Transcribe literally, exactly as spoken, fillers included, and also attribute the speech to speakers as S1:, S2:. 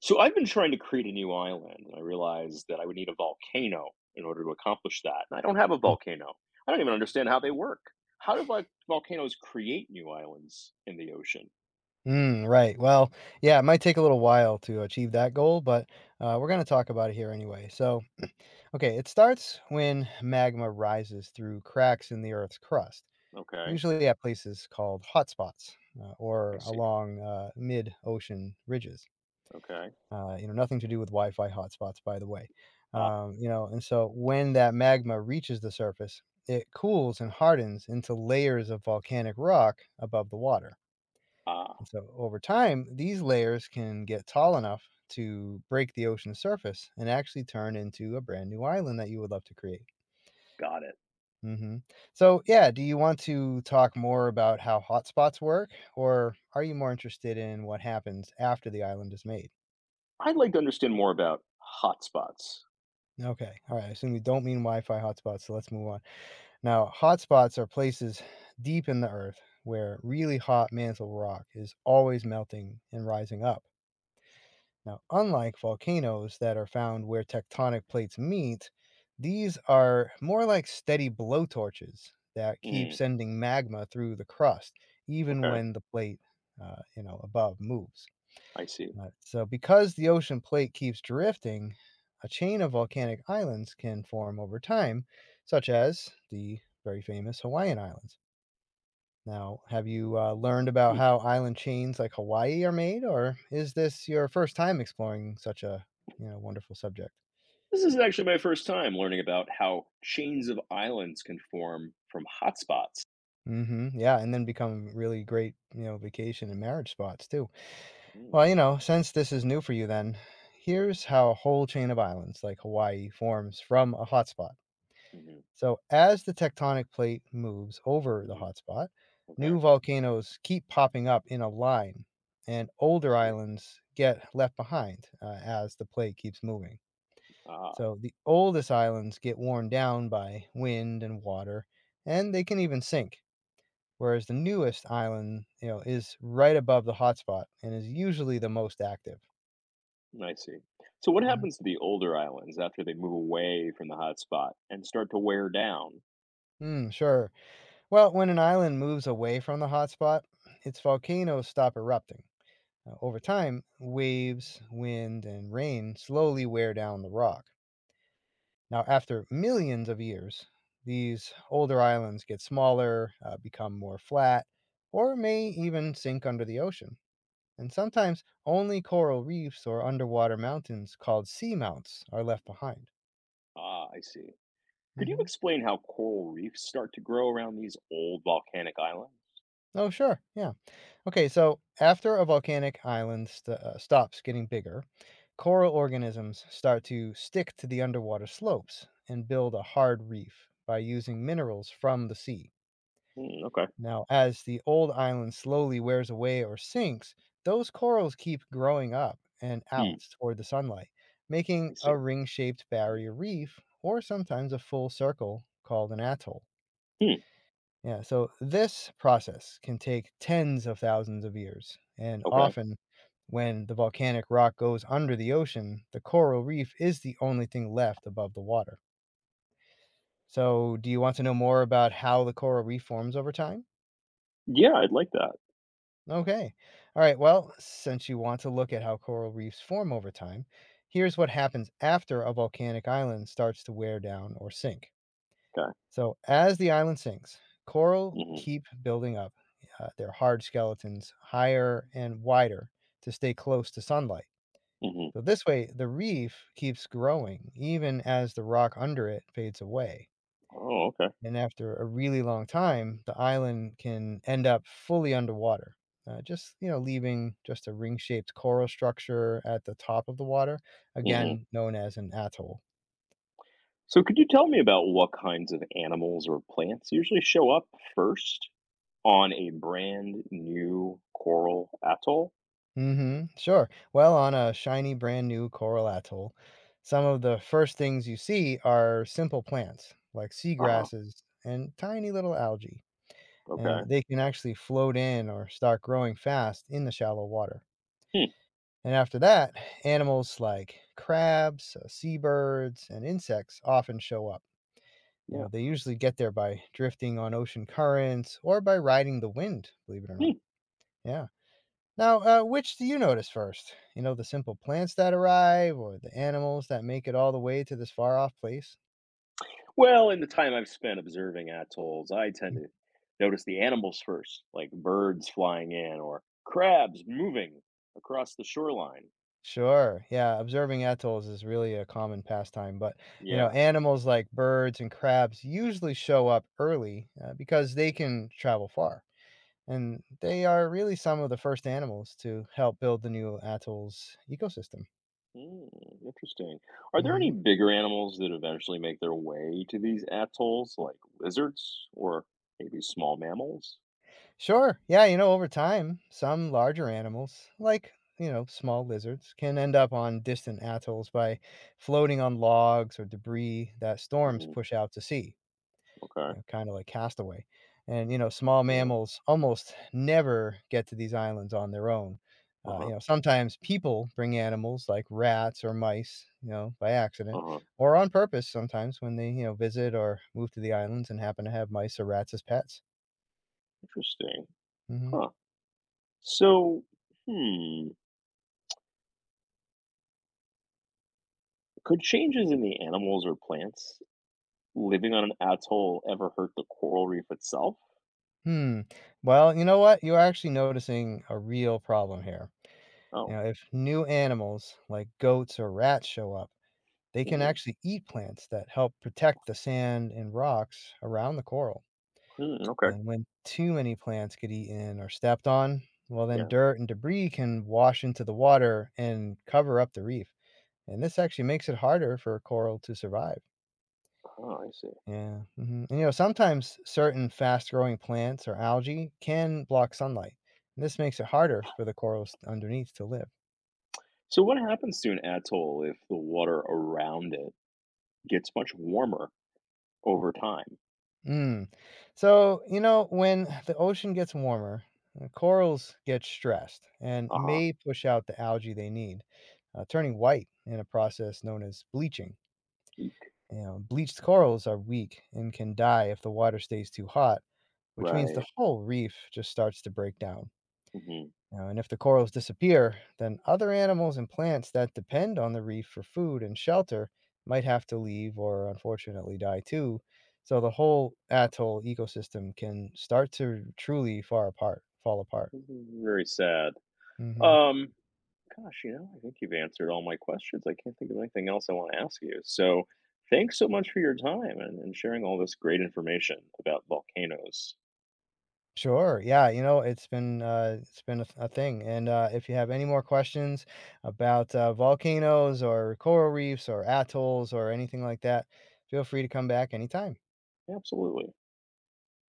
S1: So I've been trying to create a new island, and I realized that I would need a volcano in order to accomplish that. And I don't have a
S2: Mm
S1: volcano. I don't even understand how they work. How do vol- volcanoes create new islands in the ocean?
S2: mm, right, well, yeah, it might take a little while to achieve that goal, but, uh, we're gonna talk about it here anyway, so okay, it starts when magma rises through cracks in the Earth's crust,
S1: Okay,
S2: usually at places called hotspots, uh,
S1: I
S2: or
S1: see.
S2: along, uh, mid-ocean ridges.
S1: Okay,
S2: Uh, you know, nothing to do with Wi-Fi hotspots, by the way.
S1: ah,
S2: Um, you know, and so when that magma reaches the surface, it cools and hardens into layers of volcanic rock above the water.
S1: ah,
S2: And so over time, these layers can get tall enough to break the ocean's surface and actually turn into a brand new island that you would love to create.
S1: got it.
S2: hmm So, yeah, do you want to talk more about how hotspots work, or are you more interested in what happens after the island is made?
S1: I'd like to understand more about hotspots.
S2: Okay. All right. I assume you don't mean Wi-Fi hotspots, so let's move on. Now, hotspots are places deep in the earth where really hot mantle rock is always melting and rising up. Now, unlike volcanoes that are found where tectonic plates meet, these are more like steady blowtorches that keep
S1: Mm,
S2: sending magma through the crust, even
S1: okay,
S2: when the plate, uh, you know, above moves.
S1: I see.
S2: Right, so because the ocean plate keeps drifting, a chain of volcanic islands can form over time, such as the very famous Hawaiian Islands. Now, have you uh, learned about
S1: Hmm.
S2: how island chains like Hawaii are made, or is this your first time exploring such a you know wonderful subject?
S1: This is actually my first time learning about how chains of islands can form from hotspots.
S2: Hmm. Yeah, and then become really great you know vacation and marriage spots too.
S1: Mm,
S2: Well, you know, since this is new for you, then here's how a whole chain of islands like Hawaii forms from a hotspot.
S1: hmm,
S2: So, as the tectonic plate moves over the
S1: hmm,
S2: hotspot,
S1: okay,
S2: new
S1: I
S2: volcanoes keep popping up in a line, and older
S1: see.
S2: islands get left behind uh, as the plate keeps moving.
S1: Ah.
S2: So, the oldest islands get worn down by wind and water, and they can even sink. Whereas the newest island, you know, is right above the hotspot and is usually the most active.
S1: I see. So what
S2: Mm-hmm.
S1: happens to the older islands after they move away from the hotspot and start to wear down?
S2: Hmm. Mm, sure. Well, when an island moves away from the hotspot, its volcanoes stop erupting. Uh, over time, waves, wind, and rain slowly wear down the rock. Now, after millions of years, these older islands get smaller, uh, become more flat, or may even sink under the ocean. And sometimes only coral reefs or underwater mountains called seamounts are left behind.
S1: Ah, I see. Could you
S2: hmm
S1: explain how coral reefs start to grow around these old volcanic islands?
S2: Oh, sure. Yeah. Okay, so after a volcanic island st- uh, stops getting bigger, coral organisms start to stick to the underwater slopes and build a hard reef by using minerals from the sea.
S1: Hmm, okay.
S2: Now, as the old island slowly wears away or sinks, those corals keep growing up and
S1: Hmm,
S2: out toward the sunlight, making
S1: I see.
S2: a ring shaped barrier reef or sometimes a full circle called an atoll.
S1: Hmm,
S2: Yeah, so this process can take tens of thousands of years, and
S1: okay.
S2: often when the volcanic rock goes under the ocean, the coral reef is the only thing left above the water. So, do you want to know more about how the coral reef forms over time?
S1: Yeah, I'd like that.
S2: Okay. All right, well, since you want to look at how coral reefs form over time, here's what happens after a volcanic island starts to wear down or sink.
S1: Okay.
S2: So, as the island sinks, coral
S1: Mm-hmm.
S2: keep building up uh, their hard skeletons higher and wider to stay close to sunlight.
S1: Mm-hmm.
S2: So, this way, the reef keeps growing even as the rock under it fades away.
S1: Oh, okay.
S2: And after a really long time, the island can end up fully underwater. Uh, just you know, leaving just a ring-shaped coral structure at the top of the water,
S1: Mm-hmm.
S2: again known as an atoll.
S1: So could you tell me about what kinds of animals or plants usually show up first on a brand new coral atoll?
S2: Mhm. Sure. Well, on a shiny brand new coral atoll, some of the first things you see are simple plants like
S1: Uh-huh.
S2: seagrasses and tiny little algae, and
S1: Okay.
S2: they can actually float in or start growing fast in the shallow water.
S1: Hmm.
S2: And after that, animals like crabs, uh, seabirds, and insects often show up. You
S1: Yeah.
S2: know, they usually get there by drifting on ocean currents or by riding the wind, believe it or not.
S1: Hmm.
S2: Yeah. Now, uh, which do you notice first? You know, the simple plants that arrive or the animals that make it all the way to this far off place?
S1: Well, in the time I've spent observing atolls, I tend
S2: Mm.
S1: to notice the animals first, like birds flying in or crabs moving across the shoreline.
S2: Sure. Yeah, observing atolls is really a common pastime, but you know,
S1: Yeah.
S2: animals like birds and crabs usually show up early uh, because they can travel far. And they are really some of the first animals to help build the new atoll's ecosystem.
S1: Hmm, interesting. Are there
S2: hmm
S1: any bigger animals that eventually make their way to these atolls, like lizards or maybe small mammals?
S2: Sure. Yeah, you know, over time, some larger animals, like, you know, small lizards, can end up on distant atolls by floating on logs or debris that storms
S1: Hmm.
S2: push out to sea, you
S1: Okay.
S2: know, kind of like castaway. And, you know, small
S1: Yeah.
S2: mammals almost never get to these islands on their own. Uh,
S1: Uh-huh.
S2: you know, sometimes people bring animals like rats or mice, you know, by accident
S1: Uh-huh.
S2: or on purpose sometimes when they, you know, visit or move to the islands and happen to have mice or rats as pets.
S1: Interesting.
S2: hmm
S1: Huh. So, hmm, could changes in the animals or plants living on an atoll ever hurt the coral reef itself?
S2: Hmm. Well, you know what? You're actually noticing a real problem here. You
S1: Oh,
S2: know, if new animals like goats or rats show up, they can
S1: mhm.
S2: actually eat plants that help protect the sand and rocks around the coral.
S1: Mm, okay.
S2: And when too many plants get eaten or stepped on, well, then
S1: Yeah.
S2: dirt and debris can wash into the water and cover up the reef. And this actually makes it harder for a coral to survive.
S1: Oh, I see.
S2: Yeah, mhm, and, you know, sometimes certain fast-growing plants or algae can block sunlight. And This makes it harder for the corals underneath to live.
S1: So what happens to an atoll if the water around it gets much warmer over time?
S2: Mm. So, you know, when the ocean gets warmer, uh, corals get stressed and
S1: Uh-huh.
S2: may push out the algae they need, uh, turning white in a process known as bleaching.
S1: Eek.
S2: You know, bleached corals are weak and can die if the water stays too hot, which means the
S1: Right.
S2: whole reef just starts to break down.
S1: Hmm.
S2: Now, and if the corals disappear, then other animals and plants that depend on the reef for food and shelter might have to leave or unfortunately die too. So the whole atoll ecosystem can start to truly far apart, fall apart.
S1: Very sad.
S2: hmm
S1: Um, Gosh, you know, I think you've answered all my questions. I can't think of anything else I want to ask you. So thanks so much for your time and, and sharing all this great information about volcanoes.
S2: Sure. Yeah. You know, it's been uh, it's been a, a thing. And uh, if you have any more questions about uh, volcanoes or coral reefs or atolls or anything like that, feel free to come back anytime.
S1: Absolutely.